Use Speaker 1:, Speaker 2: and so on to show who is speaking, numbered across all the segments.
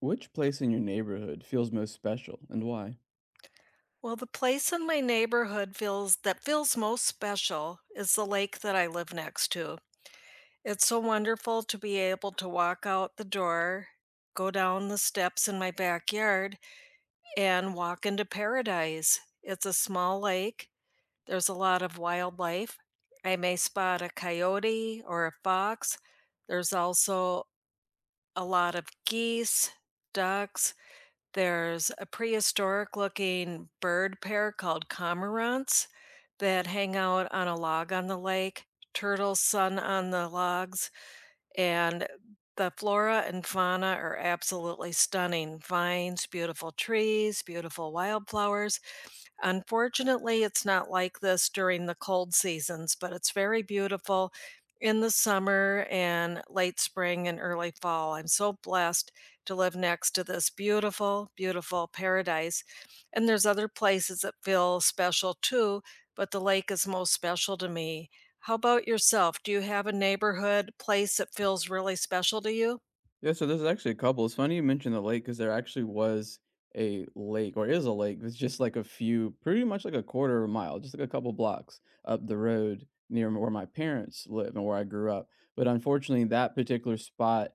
Speaker 1: Which place in your neighborhood feels most special and why?
Speaker 2: Well, the place in my neighborhood feels that feels most special is the lake that I live next to. It's so wonderful to be able to walk out the door, go down the steps in my backyard, and walk into paradise. It's a small lake. There's a lot of wildlife. I may spot a coyote or a fox. There's also a lot of geese, ducks. There's a prehistoric looking bird pair called cormorants that hang out on a log on the lake. Turtles sun on the logs, and the flora and fauna are absolutely stunning. Vines, beautiful trees, beautiful wildflowers. Unfortunately, it's not like this during the cold seasons, but it's very beautiful in the summer and late spring and early fall. I'm so blessed to live next to this beautiful, beautiful paradise. And there's other places that feel special too, but the lake is most special to me. How about yourself? Do you have a neighborhood place that feels really special to you?
Speaker 1: Yeah, so there's actually a couple. It's funny you mentioned the lake because there actually was a lake, or is a lake. It's just like a few, pretty much like a quarter of a mile, just like a couple blocks up the road near where my parents live and where I grew up. But unfortunately, that particular spot,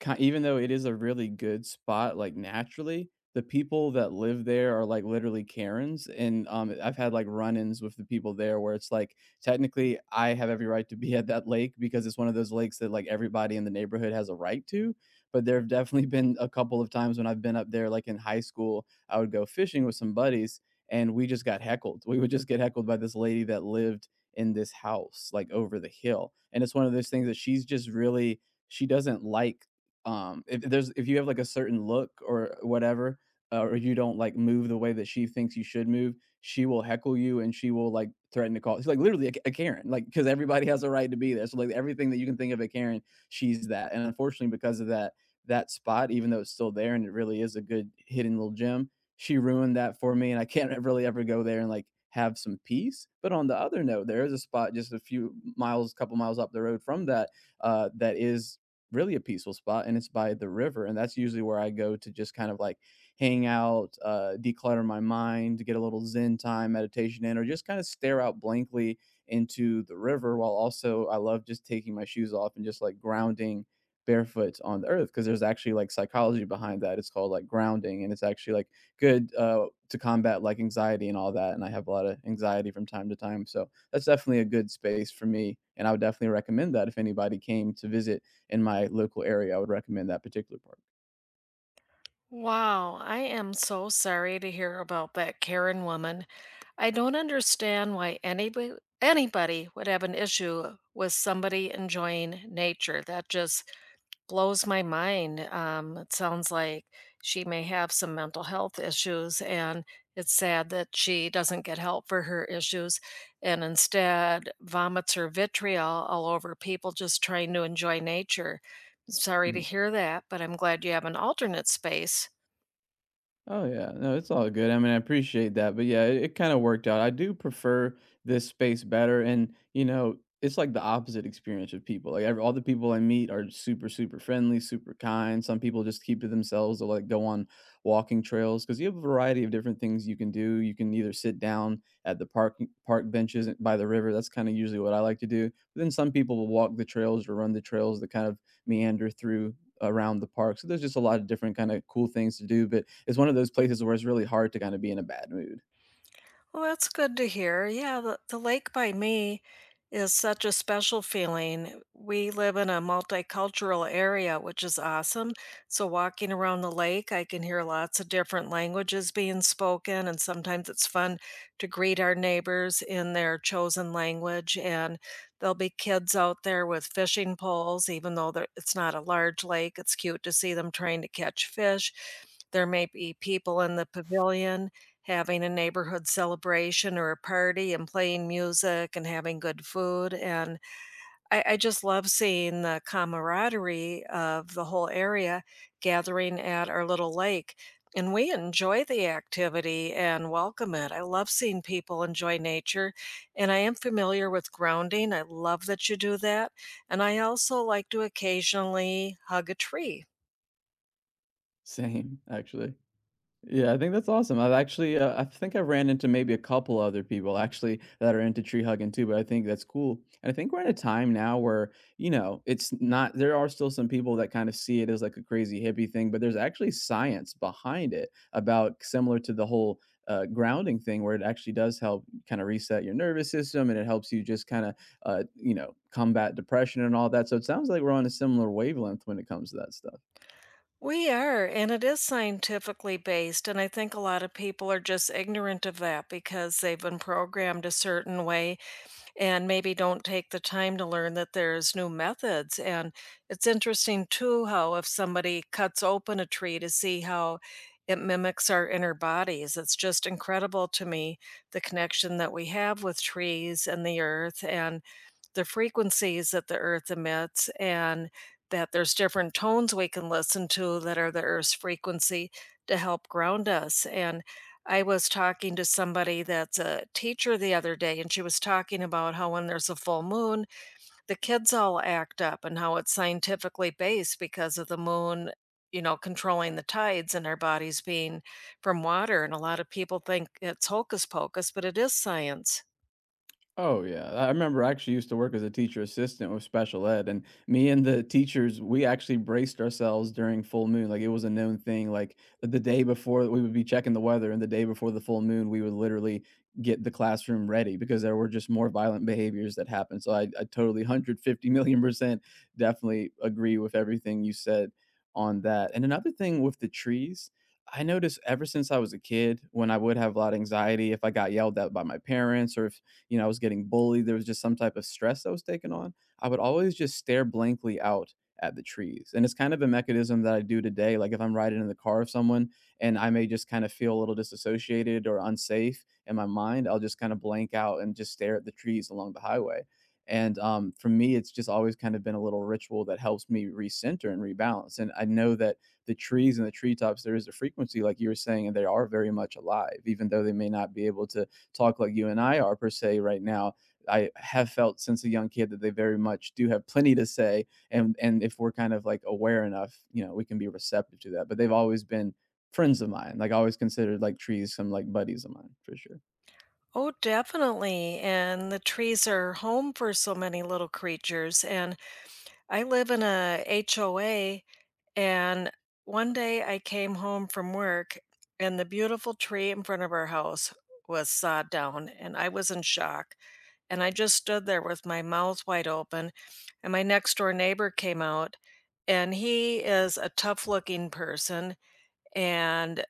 Speaker 1: even though it is a really good spot, like naturally, the people that live there are like literally Karens. And I've had like run ins with the people there where it's like, technically, I have every right to be at that lake because it's one of those lakes that like everybody in the neighborhood has a right to, but there have definitely been a couple of times when I've been up there. Like in high school, I would go fishing with some buddies and we just got heckled. We would just get heckled by this lady that lived in this house, like over the hill. And it's one of those things that she's just really, she doesn't like, if there's, if you have like a certain look or whatever, or you don't like move the way that she thinks you should move, she will heckle you and she will like threaten to call. She's like literally a Karen, like because everybody has a right to be there. So like everything that you can think of a Karen, she's that. And unfortunately, because of that, that spot, even though it's still there and it really is a good hidden little gem, she ruined that for me, and I can't really ever go there and like have some peace. But on the other note, there is a spot just a few miles, couple miles up the road from that, that is really a peaceful spot, and it's by the river, and that's usually where I go to just kind of like hang out, declutter my mind, get a little Zen time, meditation in, or just kind of stare out blankly into the river. While also, I love just taking my shoes off and just like grounding barefoot on the earth because there's actually like psychology behind that. It's called like grounding, and it's actually like good to combat like anxiety and all that. And I have a lot of anxiety from time to time, so that's definitely a good space for me. And I would definitely recommend that if anybody came to visit in my local area, I would recommend that particular park.
Speaker 2: Wow, I am so sorry to hear about that Karen woman. I don't understand why anybody would have an issue with somebody enjoying nature. That just blows my mind. It sounds like she may have some mental health issues, and it's sad that she doesn't get help for her issues and instead vomits her vitriol all over people just trying to enjoy nature. Sorry to
Speaker 1: Mhm.
Speaker 2: hear that, but I'm glad you have an alternate space.
Speaker 1: Oh yeah, no, it's all good. I mean, I appreciate that, but yeah, it kind of worked out. I do prefer this space better, and you know, it's like the opposite experience with people. Like every, all the people I meet are super, super friendly, super kind. Some people just keep to themselves or like go on walking trails because you have a variety of different things you can do. You can either sit down at the park park benches by the river. That's kind of usually what I like to do. But then some people will walk the trails or run the trails that kind of meander through around the park. So there's just a lot of different kind of cool things to do, but it's one of those places where it's really hard to kind of be in a bad mood.
Speaker 2: Well, that's good to hear. Yeah, the lake by me is such a special feeling. We live in a multicultural area, which is awesome. So, walking around the lake, I can hear lots of different languages being spoken, and sometimes it's fun to greet our neighbors in their chosen language. And there'll be kids out there with fishing poles, even though it's not a large lake. It's cute to see them trying to catch fish. There may be people in the pavilion having a neighborhood celebration or a party and playing music and having good food. And I just love seeing the camaraderie of the whole area gathering at our little lake. And we enjoy the activity and welcome it. I love seeing people enjoy nature. And I am familiar with grounding. I love that you do that. And I also like to occasionally hug a tree.
Speaker 1: Same, actually. Yeah, I think that's awesome. I've actually, I think I've ran into maybe a couple other people actually that are into tree hugging too, but I think that's cool. And I think we're at a time now where, you know, it's not, there are still some people that kind of see it as like a crazy hippie thing, but there's actually science behind it about similar to the whole grounding thing where it actually does help kind of reset your nervous system and it helps you just kind of, you know, combat depression and all that. So it sounds like we're on a similar wavelength when it comes to that stuff.
Speaker 2: We are, and it is scientifically based. And I think a lot of people are just ignorant of that because they've been programmed a certain way and maybe don't take the time to learn that there's new methods. And it's interesting too how if somebody cuts open a tree to see how it mimics our inner bodies, it's just incredible to me the connection that we have with trees and the earth and the frequencies that the earth emits and that there's different tones we can listen to that are the earth's frequency to help ground us. And I was talking to somebody that's a teacher the other day, and she was talking about how when there's a full moon, the kids all act up and how it's scientifically based because of the moon, you know, controlling the tides and our bodies being from water. And a lot of people think it's hocus pocus, but it is science.
Speaker 1: Oh yeah, I remember I actually used to work as a teacher assistant with special ed, and me and the teachers, we actually braced ourselves during full moon. Like it was a known thing. Like the day before, we would be checking the weather, and the day before the full moon, we would literally get the classroom ready because there were just more violent behaviors that happened. So I totally 150 million% definitely agree with everything you said on that. And another thing with the trees, I noticed ever since I was a kid, when I would have a lot of anxiety if I got yelled at by my parents or if, you know, I was getting bullied, there was just some type of stress that was taken on. I would always just stare blankly out at the trees. And it's kind of a mechanism that I do today. Like if I'm riding in the car of someone and I may just kind of feel a little disassociated or unsafe in my mind, I'll just kind of blank out and just stare at the trees along the highway. And for me, it's just always kind of been a little ritual that helps me recenter and rebalance. And I know that the trees and the treetops, there is a frequency, like you were saying, and they are very much alive, even though they may not be able to talk like you and I are per se right now. I have felt since a young kid that they very much do have plenty to say, and if we're kind of like aware enough, you know, we can be receptive to that. But they've always been friends of mine. Like I always considered like trees some like buddies of mine for sure.
Speaker 2: Oh, definitely. And the trees are home for so many little creatures. And I live in a HOA. And one day I came home from work and the beautiful tree in front of our house was sawed down, and I was in shock. And I just stood there with my mouth wide open, and my next door neighbor came out, and he is a tough looking person, and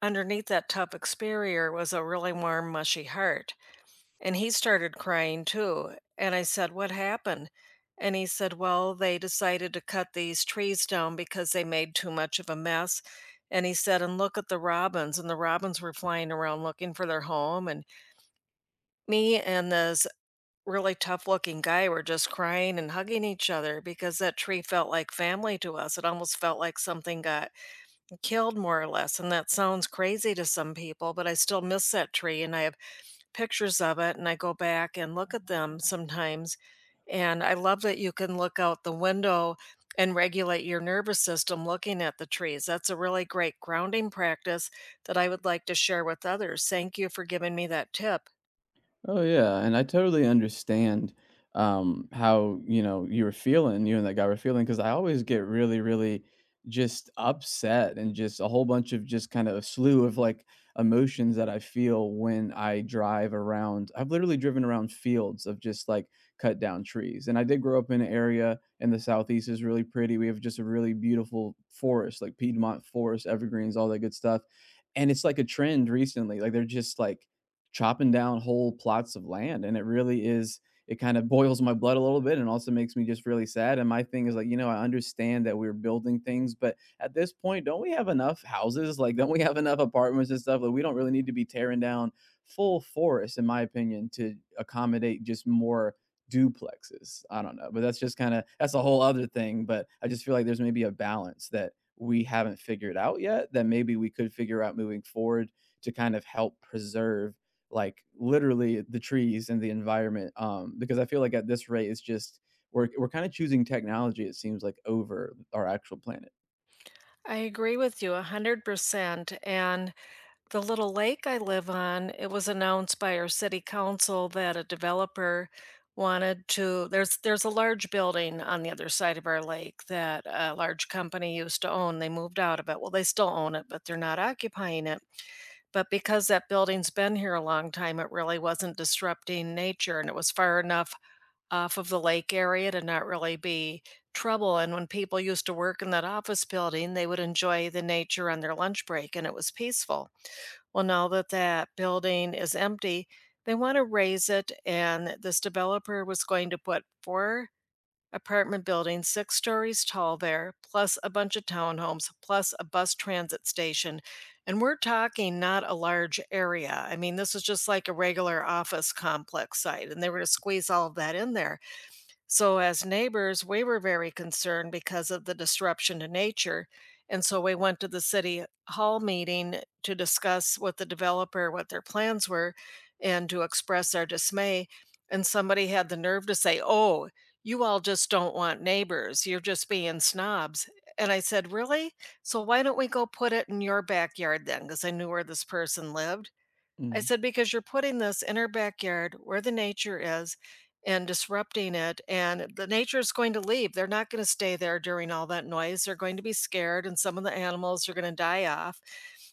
Speaker 2: underneath that tough exterior was a really warm mushy heart, and he started crying too. And I said, "What happened?" And he said, "Well, they decided to cut these trees down because they made too much of a mess." And he said, "And look at the robins." And the robins were flying around looking for their home. And me and this really tough looking guy were just crying and hugging each other because that tree felt like family to us. It almost felt like something got killed, more or less. And that sounds crazy to some people, but I still miss that tree. And I have pictures of it, and I go back and look at them sometimes, and I love that you can look out the window and regulate your nervous system looking at the trees. That's a really great grounding practice that I would like to share with others. Thank you for giving me that tip.
Speaker 1: Oh yeah, and I totally understand how, you know, you were feeling, you and that guy were feeling because I always get really really just upset and just a whole bunch of just kind of a slew of like emotions that I feel when I drive around. I've literally driven around fields of just like cut down trees. And I did grow up in an area in the southeast is really pretty. We have just a really beautiful forest, like Piedmont forest, evergreens, all that good stuff. And it's like a trend recently. Like they're just like chopping down whole plots of land, and it really is, it kind of boils my blood a little bit and also makes me just really sad. And my thing is like, you know, I understand that we're building things, but at this point, don't we have enough houses? Like, don't we have enough apartments and stuff? Like, we don't really need to be tearing down full forests, in my opinion, to accommodate just more duplexes. I don't know, but that's just kind of, that's a whole other thing. But I just feel like there's maybe a balance that we haven't figured out yet that maybe we could figure out moving forward to kind of help preserve like literally the trees and the environment, because I feel like at this rate it's just, we're kind of choosing technology, it seems like, over our actual planet.
Speaker 2: I agree with you 100%. And the little lake I live on, it was announced by our city council that a developer wanted to, there's a large building on the other side of our lake that a large company used to own. They moved out of it. Well, they still own it, but they're not occupying it. But because that building's been here a long time, it really wasn't disrupting nature and it was far enough off of the lake area to not really be trouble. And when people used to work in that office building, they would enjoy the nature on their lunch break and it was peaceful. Well, now that that building is empty, they want to raise it. And this developer was going to put four apartment buildings, six stories tall there, plus a bunch of townhomes, plus a bus transit station. And we're talking not a large area. I mean, this is just like a regular office complex site, and they were to squeeze all of that in there. So, as neighbors, we were very concerned because of the disruption to nature. And so we went to the city hall meeting to discuss with the developer what their plans were and to express our dismay. And somebody had the nerve to say, "Oh, you all just don't want neighbors. You're just being snobs." And I said, "Really? So why don't we go put it in your backyard then?" Because I knew where this person lived. I
Speaker 1: Mm,
Speaker 2: said, "Because you're putting this in her backyard where the nature is and disrupting it. And the nature is going to leave. They're not going to stay there during all that noise. They're going to be scared, and some of the animals are going to die off.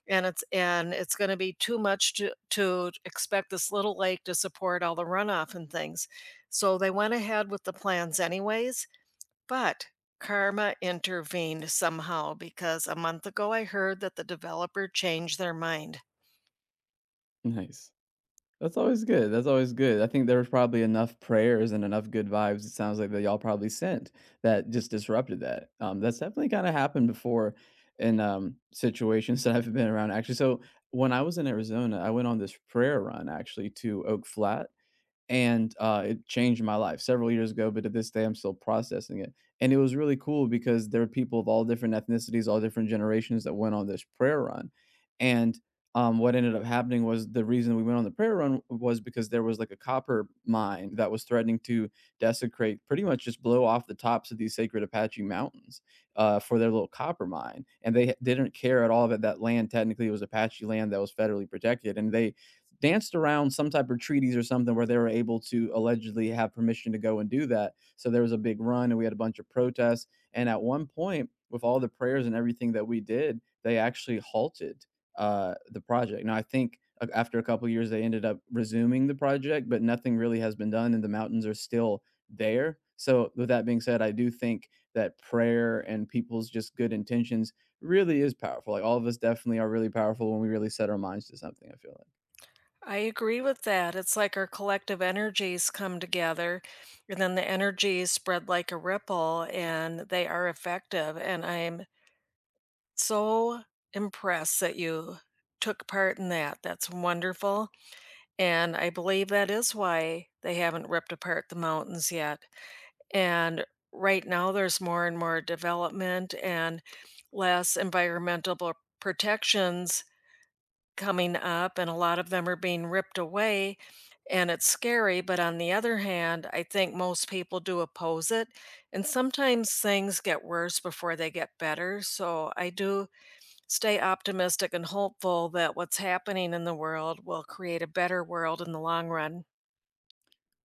Speaker 2: And it's going to be too much to expect this little lake to support all the runoff and things." So they went ahead with the plans anyways, but karma intervened somehow because a month ago I heard that the developer changed their mind.
Speaker 1: nice. That's always good. That's always good. I think there was probably enough prayers and enough good vibes. It sounds like that y'all probably sent that just disrupted that. That's definitely kind of happened before in situations that I've been around, actually. So when I was in Arizona, I went on this prayer run actually to Oak Flat, and it changed my life several years ago. But to this day, I'm still processing it. And it was really cool because there were people of all different ethnicities, all different generations that went on this prayer run. And what ended up happening was, the reason we went on the prayer run was because there was like a copper mine that was threatening to desecrate, pretty much just blow off the tops of these sacred Apache mountains for their little copper mine. And they didn't care at all that that land technically was Apache land that was federally protected. And they danced around some type of treaties or something where they were able to allegedly have permission to go and do that. So there was a big run and we had a bunch of protests. And at one point, with all the prayers and everything that we did, they actually halted the project. Now, I think after a couple of years, they ended up resuming the project, but nothing really has been done and the mountains are still there. So, with that being said, I do think that prayer and people's just good intentions really is powerful. Like, all of us definitely are really powerful when we really set our minds to something, I feel like.
Speaker 2: I agree with that. It's like our collective energies come together, and then the energies spread like a ripple, and they are effective. And I'm so impressed that you took part in that. That's wonderful. And I believe that is why they haven't ripped apart the mountains yet. And right now, there's more and more development and less environmental protections coming up, and a lot of them are being ripped away, and it's scary. But on the other hand, I think most people do oppose it, and sometimes things get worse before they get better, so I do stay optimistic and hopeful that what's happening in the world will create a better world in the long run.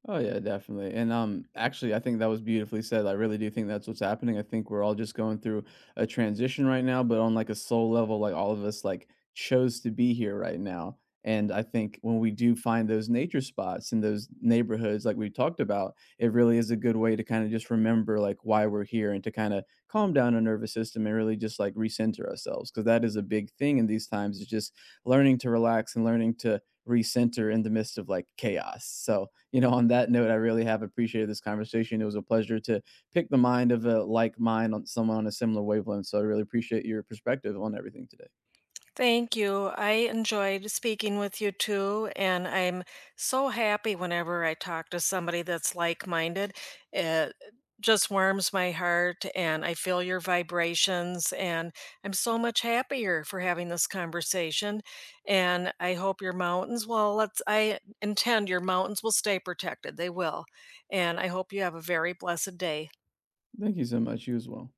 Speaker 1: Oh yeah, definitely. And actually I think that was beautifully said. I really do think that's what's happening. I think we're all just going through a transition right now, but on like a soul level, like all of us like chose to be here right now. And I think when we do find those nature spots in those neighborhoods like we talked about, it really is a good way to kind of just remember like why we're here and to kind of calm down our nervous system and really just like recenter ourselves, because that is a big thing in these times is just learning to relax and learning to recenter in the midst of like chaos. So you know, on that note, I really have appreciated this conversation. It was a pleasure to pick the mind of a like mind, on someone on a similar wavelength. So I really appreciate your perspective on everything today.
Speaker 2: Thank you. I enjoyed speaking with you too. And I'm so happy whenever I talk to somebody that's like minded. It just warms my heart, and I feel your vibrations. And I'm so much happier for having this conversation. And I hope your mountains, well, let's, I intend your mountains will stay protected. They will. And I hope you have a very blessed day.
Speaker 1: Thank you so much. You as well.